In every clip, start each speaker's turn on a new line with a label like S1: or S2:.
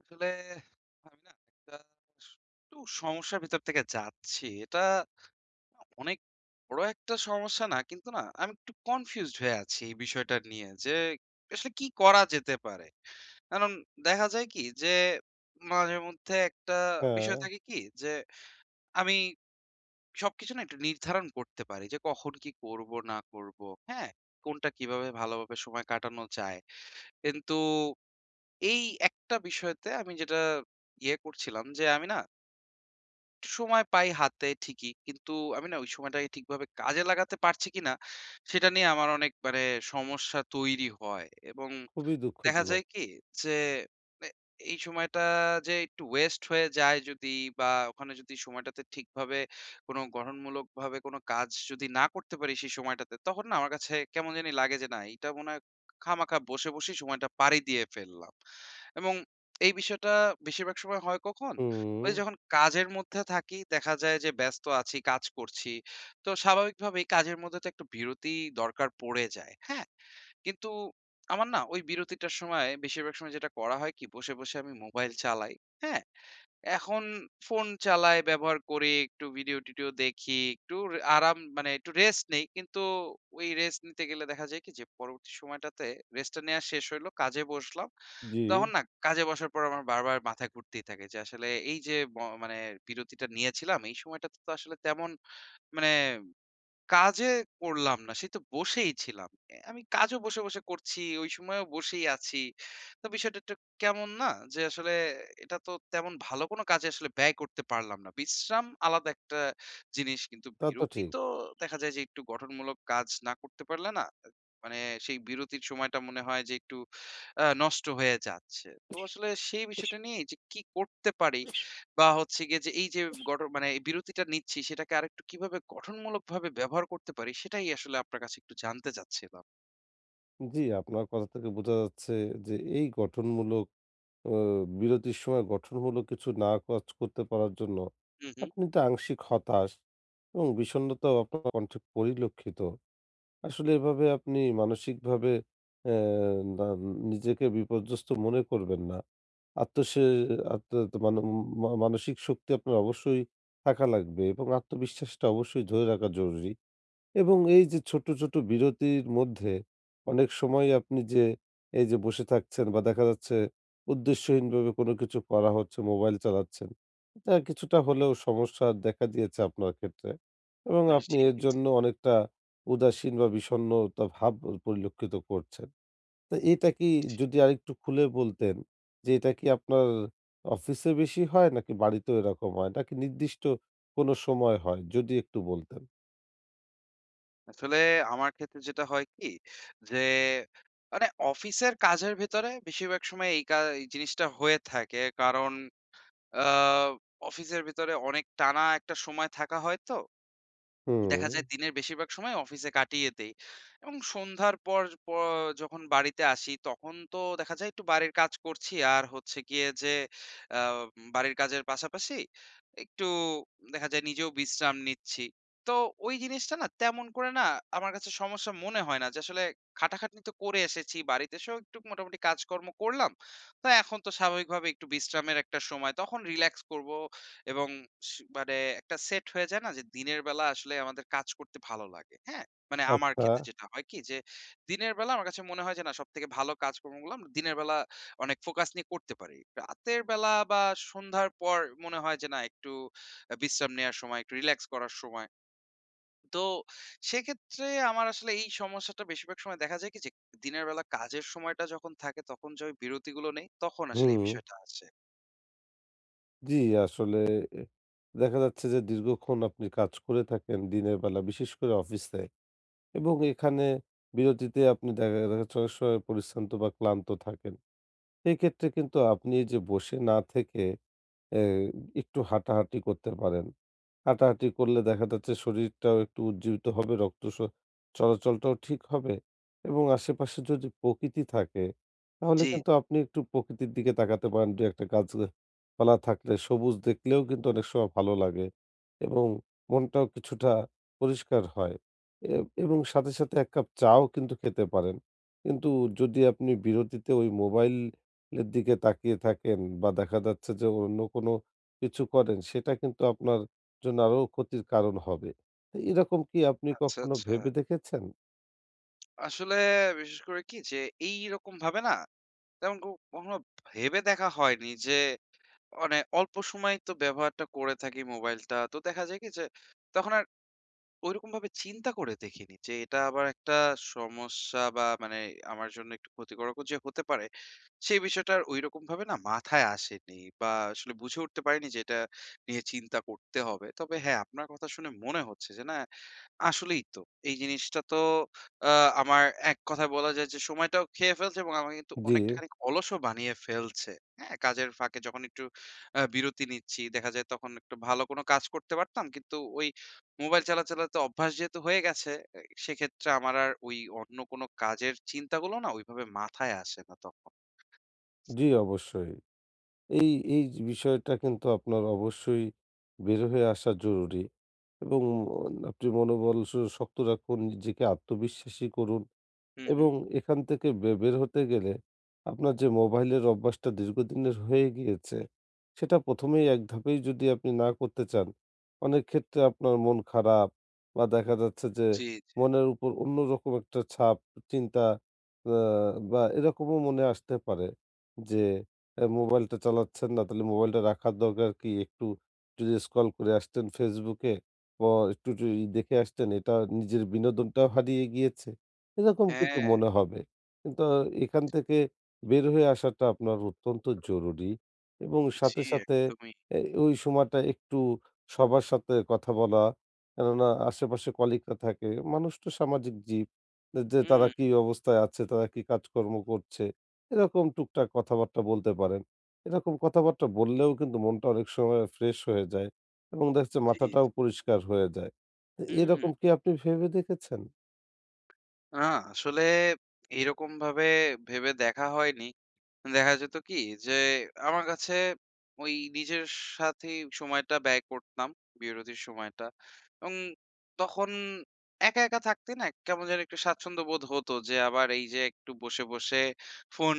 S1: আসলে আমি না একটু সমস্যার ভিতর থেকে যাচ্ছি। এটা অনেক বড় একটা সমস্যা না। কিন্তু না আমি একটু কনফিউজড হয়ে আছি এই বিষয়টা নিয়ে যে আসলে কি করা যেতে পারে? কারণ দেখা যায় কি যে মাঝেমধ্যে একটা
S2: হ্যাঁ,
S1: বিষয় থাকে কি যে আমি সবকিছু না একটু নির্ধারণ করতে পারি যে কখন কি করব না করব। হ্যাঁ? কোনটা কিভাবে ভালোভাবে সময় কাটানো যায়। কিন্তু এই একটা বিষয়তে আমি যেটা করছিলাম যে, আমি না একটু সময় পাই হাতে ঠিকই। কিন্তু আমি না ওই সময়টাকে ঠিকভাবে কাজে লাগাতে পারছি কিনা, সেটা নিয়ে আমার অনেক মানে সমস্যা তৈরি হয়, এবং
S2: খুবই
S1: দেখা
S2: দুঃখজনক।
S1: যায় কি যে মানে এই সময়টা যে একটু ওয়েস্ট হয়ে যায় যদি, বা ওখানে যদি সময়টাতে ঠিকভাবে কোনো গঠনমূলক ভাবে কোনো কাজ যদি না করতে পারি সেই সময়টাতে, তখন না আমার কাছে কেমন জানি লাগে যে না, এটা মনে হয় খামাখা বসে বসে সময়টা পাড়ি দিয়ে ফেললাম। এবং এই বিষয়টা বেশিরভাগ সময় হয় কখন,
S2: হুম,
S1: ওই যখন কাজের মধ্যে থাকি, দেখা যায় যে ব্যস্ত আছি, কাজ করছি, তো স্বাভাবিকভাবেই কাজের মধ্যে তো একটু বিরতি দরকার পড়ে যায়, হ্যাঁ। কিন্তু আমার না ওই বিরতিটার সময় বেশিরভাগ সময় যেটা করা হয় কি, বসে, বসে আমি মোবাইল চালাই। হ্যাঁ? এখন ফোন চালাই, ব্যবহার করি, একটু ভিডিও-টিডিও দেখি, একটু আরাম মানে একটু রেস্ট নেই। কিন্তু ওই রেস্ট নিতে গেলে দেখা যায় কি যে পরবর্তী সময়টাতে, রেস্টটা নেয়া শেষ হইলো, কাজে বসলাম।
S2: জি,
S1: তখন না কাজে বসার পর আমার বারবার মাথা ঘুরতেই থাকে যে আসলে এই যে মানে বিরতিটা নিয়েছিলাম এই সময়টাতে, তো আসলে তেমন মানে কাজে করলাম না। সে তো বসেই ছিলাম। আমি কাজও বসে, বসে করছি। ওই সময়ও বসেই আছি। তো বিষয়টা একটু কেমন না? যে আসলে এটা তো তেমন ভালো কোনো কাজে আসলে ব্যয় করতে পারলাম না। বিশ্রাম আলাদা একটা জিনিস। কিন্তু
S2: তা তো
S1: বিরতি
S2: ঠিক।
S1: তো দেখা যায় যে একটু গঠনমূলক কাজ না করতে পারলে না, মানে সেই বিরতির সময়টা মনে হয় যে একটু নষ্ট হয়ে যাচ্ছে। তো আসলে সেই বিষয়টা নিয়ে যে কি করতে পারি, বা হচ্ছে গিয়ে যে এই যে মানে এই বিরতিটা নিচ্ছি, সেটাকে আরেকটু কিভাবে গঠনমূলকভাবে ব্যবহার করতে পারি, সেটাই আসলে আপনার কাছে একটু জানতে চাচ্ছিলাম।
S2: জি, আপনার কথা থেকে বোঝা যাচ্ছে যে এই গঠনমূলক অ বিরতির সময় গঠনমূলক কিছু না কাজ করতে পারার জন্য
S1: হুম, হুম।
S2: আপনি তো আংশিক হতাশ এবং বিষণ্ণতাও আপনার কণ্ঠে পরিলক্ষিত। আসলে এভাবে আপনি মানসিকভাবে অ্যা না নিজেকে বিপর্যস্ত মনে করবেন না। আত্মসে আত্ম মানে মা মানসিক শক্তি আপনার অবশ্যই থাকা লাগবে এবং আত্মবিশ্বাসটা অবশ্যই ধরে রাখা জরুরি। এবং এই যে ছোট, ছোট বিরতির মধ্যে অনেক সময় আপনি যে এই যে বসে থাকছেন বা দেখা যাচ্ছে উদ্দেশ্যহীনভাবে কোনো কিছু করা হচ্ছে, মোবাইল চালাচ্ছেন। এটা কিছুটা হলেও সমস্যা দেখা দিয়েছে আপনার ক্ষেত্রে এবং আপনি
S1: জি,
S2: এর
S1: জি।
S2: জন্য অনেকটা উদাসীন বা বিষণ্ণতা ভাব পরিলক্ষিত করছেন। তো এটা কি যদি আরেকটু খুলে বলতেন যে এটা কি আপনার অফিসে বেশি হয় নাকি বাড়িতেও এরকম হয়? নাকি নির্দিষ্ট কোনো সময় হয়? যদি একটু বলতেন।
S1: আসলে আমার ক্ষেত্রে যেটা হয় কি যে, মানে অফিসের কাজের ভেতরে বেশিরভাগ সময় এই জিনিসটা হয়ে থাকে। কারণ আ অফিসের ভিতরে অনেক টানা একটা সময় থাকা হয় তো।
S2: হুম।
S1: দেখা যায় দিনের বেশিরভাগ সময় অফিসে কাটিয়ে দেই। এবং সন্ধ্যার পর যখন বাড়িতে আসি, তখন তো দেখা যায় একটু বাড়ির কাজ করছি। আর হচ্ছে গিয়ে যে আ বাড়ির কাজের পাশাপাশি একটু দেখা যায় নিজেও বিশ্রাম নিচ্ছি। তো ওই জিনিসটা না তেমন করে না আমার কাছে সমস্যা মনে হয় না, যে আসলে খাটাখাটনি তো করে এসেছি, বাড়িতে এসেও একটু মোটামুটি কাজকর্ম করলাম, তো এখন তো স্বাভাবিকভাবে একটু বিশ্রামের একটা সময়, তখন রিল্যাক্স করব। এবং স মানে একটা সেট হয়ে যায় না যে দিনের বেলা আসলে আমাদের কাজ করতে ভালো লাগে। হ্যাঁ? মানে আমার
S2: আচ্ছা,
S1: ক্ষেত্রে যেটা হয় কি যে, দিনের বেলা আমার কাছে মনে হয় যে না, সবথেকে ভালো কাজকর্মগুলো আমরা দিনের বেলা অনেক ফোকাস নিয়ে করতে পারি। রাতের বেলা বা সন্ধ্যার পর মনে হয় যে না একটু বিশ্রাম নেয়ার সময়, একটু রিল্যাক্স করার সময়। তো সেক্ষেত্রে আমার আসলে এই সমস্যাটা বেশিরভাগ সময় দেখা যায় কি যে, দিনের বেলা কাজের সময়টা যখন থাকে, তখন যে ওই বিরতিগুলো নেই, তখন আসলে এই
S2: হুম।
S1: বিষয়টা আসে।
S2: জি, আসলে এ দেখা যাচ্ছে যে দীর্ঘক্ষণ আপনি কাজ করে থাকেন দিনের বেলা, বিশেষ করে অফিসে এবং এখানে বিরতিতে আপনি দেখা দেখা যাচ্ছে অনেক সময় পরিশ্রান্ত বা ক্লান্ত থাকেন। এক্ষেত্রে কিন্তু আপনি এই যে বসে না থেকে এ একটু হাঁটাহাঁটি করতে পারেন। হাঁটাহাঁটি করলে দেখা যাচ্ছে শরীরটাও একটু উজ্জীবিত হবে, রক্ত স চলাচলটাও ঠিক হবে এবং আশেপাশে যদি প্রকৃতি থাকে তাহলে
S1: জি।
S2: কিন্তু আপনি একটু প্রকৃতির দিকে তাকাতে পারেন। ২-১ টা গাছপালা থাকলে সবুজ দেখলেও কিন্তু অনেক সময় ভালো লাগে এবং মনটাও কিছুটা পরিষ্কার হয়। এ এবং সাথে, সাথে ১ কাপ চাও কিন্তু খেতে পারেন। কিন্তু যদি আপনি বিরতিতে ওই মোবাইল এর দিকে তাকিয়ে থাকেন বা দেখা যাচ্ছে যে অন্য কোনো কিছু করেন সেটা কিন্তু আপনার জন্য আরো ক্ষতির কারণ হবে। তো এরকম কি আপনি
S1: আচ্ছা,
S2: কখনো
S1: আচ্ছা।
S2: ভেবে দেখেছেন?
S1: আসলে বিশেষ করে কি যে, এইরকম ভাবে না তেমন কখনো ভেবে দেখা হয়নি যে, মানে অল্প সময় তো ব্যবহারটা করে থাকি মোবাইলটা। তো দেখা যায় কি যে তখন আর ঐরকমভাবে চিন্তা করে দেখিনি যে এটা আবার একটা সমস্যা, বা মানে আমার জন্য একটু ক্ষতিকারকও যে হতে পারে, সেই বিষয়টা আর ঐরকমভাবে না মাথায় আসেনি, বা আসলে বুঝে উঠতে পারিনি যে এটা নিয়ে চিন্তা করতে হবে। তবে হ্যাঁ, আপনার কথা শুনে মনে হচ্ছে যে না, আসলেই তো। এই জিনিসটা তো আ আমার, এক কথায় বলা যায় যে সময়টাও খেয়ে ফেলছে, এবং আমাকে কিন্তু
S2: জি,
S1: অনেকটা খানিক অলসও বানিয়ে ফেলছে। হ্যাঁ? কাজের ফাঁকে যখন একটু বিরতি নিচ্ছি, দেখা যায় তখন একটু ভালো কোনো কাজ করতে পারতাম। কিন্তু ওই মোবাইল চালাতে অভ্যাস যেহেতু হয়ে গেছে, এ সেক্ষেত্রে আমার আর ওই অন্য কোনো কাজের চিন্তাগুলো না ওইভাবে মাথায় আসে না তখন।
S2: জি অবশ্যই। এই এই বিষয়টা কিন্তু আপনার অবশ্যই বের হয়ে আসা জরুরি এবং আপনি মনোবল স শক্ত রাখুন, নিজেকে আত্মবিশ্বাসী করুন।
S1: হুম, হুম।
S2: এবং এখান থেকে বের হতে গেলে আপনার যে মোবাইলের অভ্যাসটা দীর্ঘদিনের হয়ে গিয়েছে, সেটা ১ম এই এক ধাপেই যদি আপনি না করতে চান, অনেক ক্ষেত্রে আপনার মন খারাপ বা দেখা যাচ্ছে যে
S1: জি, জি।
S2: মনের উপর অন্যরকম একটা ছাপ, চিন্তা আ বা এরকমও মনে আসতে পারে যে এ মোবাইলটা চালাচ্ছেন না, তাহলে মোবাইলটা রাখার দরকার কি? একটু যদি স্ক্রল করে আসতেন Facebook এ বা একটু যদি দেখে আসতেন, এটা নিজের বিনোদনটাও হারিয়ে গিয়েছে। এরকম কিন্তু
S1: হ্যাঁ,
S2: মনে হবে। কিন্তু এখান থেকে বের হয়ে আসাটা আপনার অত্যন্ত জরুরি এবং সাথে,
S1: জি
S2: সাথে
S1: একদমই।
S2: এ ওই সময়টা একটু সবার সাথে কথা বলা। কেননা আশেপাশে কলিগরা থাকে। মানুষ তো সামাজিক জীব। যে
S1: হুম,
S2: তারা কি অবস্থায় আছে, তারা কি কাজকর্ম করছে, এরকম টুকটাক কথাবার্তা বলতে পারেন। এরকম কথাবার্তা বললেও কিন্তু মনটা অনেক সময় ফ্রেশ হয়ে যায় এবং দেখা যাচ্ছে
S1: জি,
S2: মাথাটাও
S1: জি।
S2: পরিষ্কার হয়ে যায়। তো
S1: হুম।
S2: এরকম কি আপনি ভেবে দেখেছেন?
S1: না, আসলে এইরকমভাবে ভেবে দেখা হয়নি। দেখা যেত কি যে আমার কাছে ওই নিজের সাথেই সময়টা ব্যয় করতাম, বিরতির সময়টা। এবং তখন একা একা থাকতে না কেমন যেন একটু স্বাচ্ছন্দ্য বোধ হতো, যে আবার এই যে একটু বসে বসে ফোন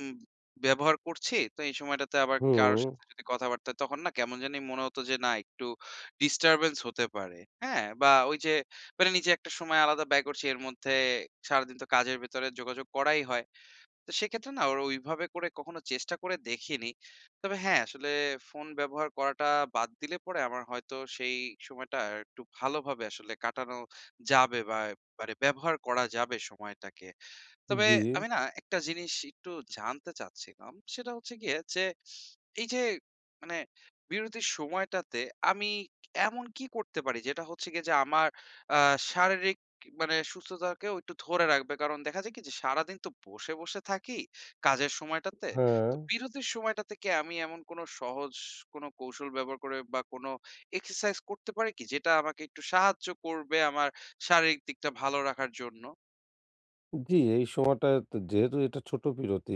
S1: উম, ব্যবহার করছি, তো এই সময়টাতে আবার কারোর
S2: হুম।
S1: সাথে যদি কথাবার্তা, তখন না কেমন জানি মনে হতো যে না, একটু ডিস্টারবেন্স হতে পারে। হ্যাঁ, বা ওই যে মানে নিজে একটা সময় আলাদা ব্যয় করছি এর মধ্যে, সারাদিন তো কাজের ভেতরে যোগাযোগ করাই হয়, তো সেক্ষেত্রে না ওইভাবে করে কখনো চেষ্টা করে দেখিনি। তবে হ্যাঁ, আসলে ফোন ব্যবহার করাটা বাদ দিলে পরে আমার হয়তো সেই সময়টা একটু ভালোভাবে আসলে কাটানো যাবে, বা মানে ব্যবহার করা যাবে সময়টাকে। তবে
S2: জি,
S1: আমি না একটা জিনিস একটু জানতে চাচ্ছিলাম। সেটা হচ্ছে গিয়ে যে, এই যে মানে বিরতির সময়টাতে আমি এমন কি করতে পারি, যেটা হচ্ছে গিয়ে যে আমার আ শারীরিক মানে সুস্থতাকেও একটু ধরে রাখবে? কারণ দেখা যায় কি যে সারাদিন তো বসে, বসে থাকি কাজের সময়টাতে।
S2: হ্যাঁ।
S1: তো বিরতির সময়টাতে কি আমি এমন কোনো সহজ কোনো কৌশল ব্যবহার করে, বা কোনো এক্সারসাইজ করতে পারি কি? যেটা আমাকে একটু সাহায্য করবে আমার শারীরিক দিকটা ভালো রাখার জন্য?
S2: জি, এই সময়টা তো যেহেতু এটা ছোট বিরতি,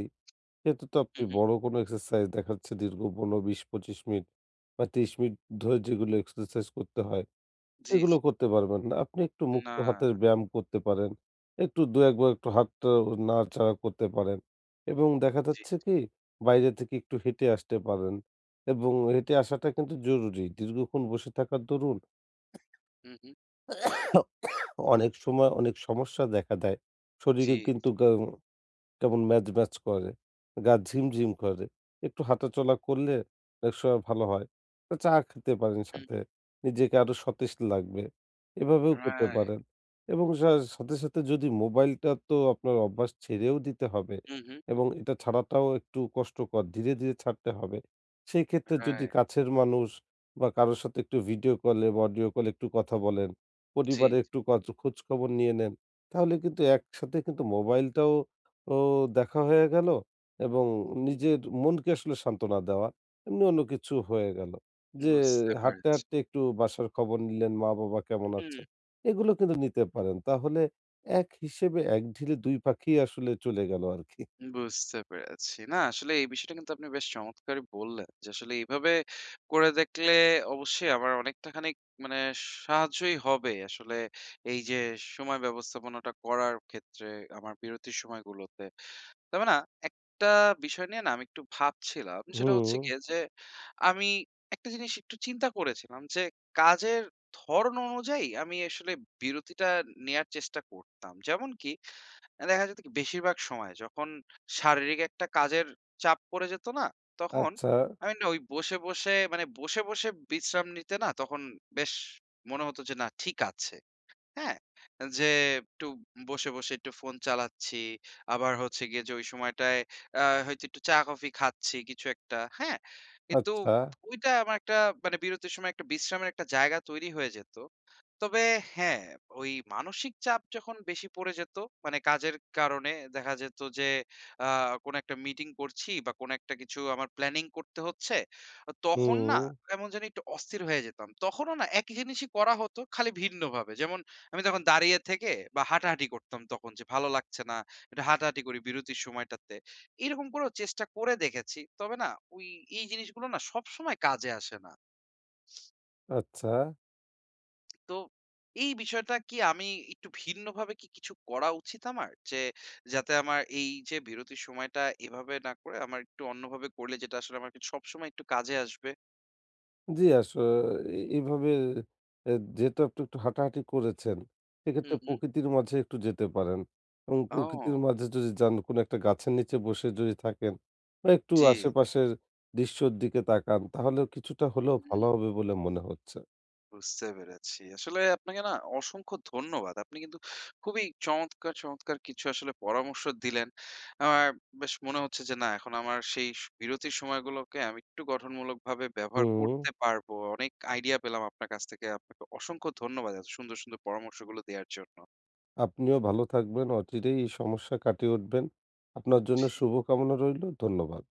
S2: সেহেতু তো আপনি
S1: হু, হু।
S2: বড় কোনো এক্সারসাইজ দেখা যাচ্ছে দীর্ঘ ১৫, ২০, ২৫ মিনিট বা ৩০ মিনিট ধরে যেগুলো এক্সারসাইজ করতে হয়,
S1: জি,
S2: সেগুলো
S1: জি।
S2: করতে পারবেন না। আপনি একটু মুক্ত
S1: না,
S2: হাতের
S1: না।
S2: ব্যায়াম করতে পারেন। একটু ২-১ বার একটু হাতটা নাড়াচাড়া করতে পারেন এবং দেখা
S1: জি,
S2: যাচ্ছে কি বাইরে থেকে একটু হেঁটে আসতে পারেন এবং হেঁটে আসাটা কিন্তু জরুরি। দীর্ঘক্ষণ বসে থাকার দরুন
S1: হুম, হুম।
S2: অনেক সময় অনেক সমস্যা দেখা দেয়। শরীরে
S1: জি,
S2: কিন্তু গা কেমন ম্যাজ, ম্যাজ করে। গা ঝিমঝিম করে। একটু হাঁটাচলা করলে অনেক সময় ভালো হয়। তো চা খেতে পারেন
S1: হুম,
S2: সাথে।
S1: হুম।
S2: নিজেকে আরো সতেজ লাগবে। এভাবেও করতে
S1: রাইট,
S2: পারেন এবং সাথে, সাথে যদি মোবাইলটা তো আপনার অভ্যাস ছেড়েও দিতে হবে
S1: হুম, হুম।
S2: এবং এটা ছাড়াটাও একটু কষ্টকর। ধীরে, ধীরে ছাড়তে হবে। সেই ক্ষেত্রে যদি
S1: রাইট।
S2: কাছের মানুষ বা কারো সাথে একটু ভিডিও কলে বা অডিও কলে একটু কথা বলেন,
S1: জি,
S2: পরিবারে
S1: জি।
S2: একটু খোঁজখবর নিয়ে নেন। তাহলে কিন্তু একসাথে কিন্তু মোবাইলটাও তো দেখা হয়ে গেল এবং
S1: হুম, হুম।
S2: নিজের মনকে আসলে সান্ত্বনা দেওয়া। এমনি অন্য কিছু হয়ে গেল। যে
S1: বুঝতে
S2: হাঁটতে,
S1: পেরেছি।
S2: হাঁটতে একটু বাসার খবর নিলেন, মা-বাবা কেমন
S1: হুম,
S2: আছে? এগুলো কিন্তু নিতে পারেন। তাহলে এক হিসেবে এক ঢিলে ২ পাখি আসলে চলে গেল আরকি।
S1: বুঝতে পেরেছি। না আসলে এই বিষয়টা কিন্তু আপনি বেশ চমৎকারই বললেন, যে আসলে এইভাবে করে দেখলে অবশ্যই আমার অনেকটা খানিক মানে সাহায্যই হবে আসলে, এই যে সময় ব্যবস্থাপনাটা করার ক্ষেত্রে, আমার বিরতির সময়গুলোতে। তবে না একটা বিষয় নিয়ে না আমি একটু ভাবছিলাম। সেটা হচ্ছে
S2: হুম,
S1: গিয়ে যে, আমি একটা জিনিস একটু চিন্তা করেছিলাম যে কাজের ধরন অনুযায়ী আমি আসলে বিরতিটা নেয়ার চেষ্টা করতাম। যেমন কি দেখা যেত কি, বেশিরভাগ সময় যখন শারীরিক একটা কাজের চাপ পড়ে যেত না? তখন
S2: আচ্ছা,
S1: আমি না ওই বসে, বসে মানে বসে, বসে বিশ্রাম নিতে না, তখন বেশ মনে হতো যে না ঠিক আছে। হ্যাঁ, যে একটু বসে, বসে একটু ফোন চালাচ্ছি। আবার হচ্ছে গিয়ে যে ওই সময়টায় হয়তো একটু চা-কফি খাচ্ছি কিছু একটা। হ্যাঁ? কিন্তু
S2: আচ্ছা,
S1: ওইটা আমার একটা মানে বিরতির সময় একটা বিশ্রামের একটা জায়গা তৈরি হয়ে যেত। তবে হ্যাঁ, ওই মানসিক চাপ যখন বেশি পড়ে যেত, মানে কাজের কারণে দেখা যেত যে আ কোনো একটা মিটিং করছি, বা কোনো একটা কিছু আমার প্ল্যানিং করতে হচ্ছে, তখন
S2: হুম,
S1: না কেমন জানি একটু অস্থির হয়ে যেতাম। তখনও না একই জিনিসই করা হতো, খালি ভিন্নভাবে। যেমন আমি তখন দাঁড়িয়ে থেকে বা হাঁটাহাঁটি করতাম, তখন যে ভালো লাগছে না, একটু হাঁটাহাঁটি করি বিরতির সময়টাতে। এরকম করেও চেষ্টা করে দেখেছি। তবে না ওই এই জিনিসগুলো না সবসময় কাজে আসে না।
S2: আচ্ছা।
S1: তো এই বিষয়টা কি আমি একটু ভিন্নভাবে কি কিছু করা উচিত আমার? যে, যাতে আমার এই যে বিরতির সময়টা এভাবে না করে, আমার একটু অন্যভাবে করলে যেটা আসলে আমাকে সবসময় একটু কাজে আসবে।
S2: জি, এভাবে যেহেতু আপনি একটু হাঁটাহাঁটি করেছেন,
S1: হুম,
S2: সেক্ষেত্রে
S1: হুম।
S2: প্রকৃতির মাঝে একটু যেতে পারেন এবং প্রকৃতির
S1: ও
S2: মাঝে যদি যান, কোনো একটা গাছের নিচে বসে যদি থাকেন বা একটু
S1: জি।
S2: আশেপাশের দৃশ্যর দিকে তাকান, তাহলে কিছুটা হলেও ভালো হবে বলে মনে হচ্ছে।
S1: বুঝতে পেরেছি। আসলে আপনাকে না অসংখ্য ধন্যবাদ। আপনি কিন্তু খুবই চমৎকার, চমৎকার কিছু আসলে পরামর্শ দিলেন। আমার বেশ মনে হচ্ছে যে না এখন আমার সেই বিরতির সময়গুলোকে আমি একটু গঠনমূলকভাবে ব্যবহার
S2: হুম,
S1: করতে পারবো। অনেক আইডিয়া পেলাম আপনার কাছ থেকে। আপনাকে অসংখ্য ধন্যবাদ এত সুন্দর, সুন্দর পরামর্শগুলো দেয়ার জন্য।
S2: আপনিও ভালো থাকবেন, অচিরেই এই সমস্যা কাটিয়ে উঠবেন। আপনার জন্য
S1: জি।
S2: শুভকামনা রইলো। ধন্যবাদ।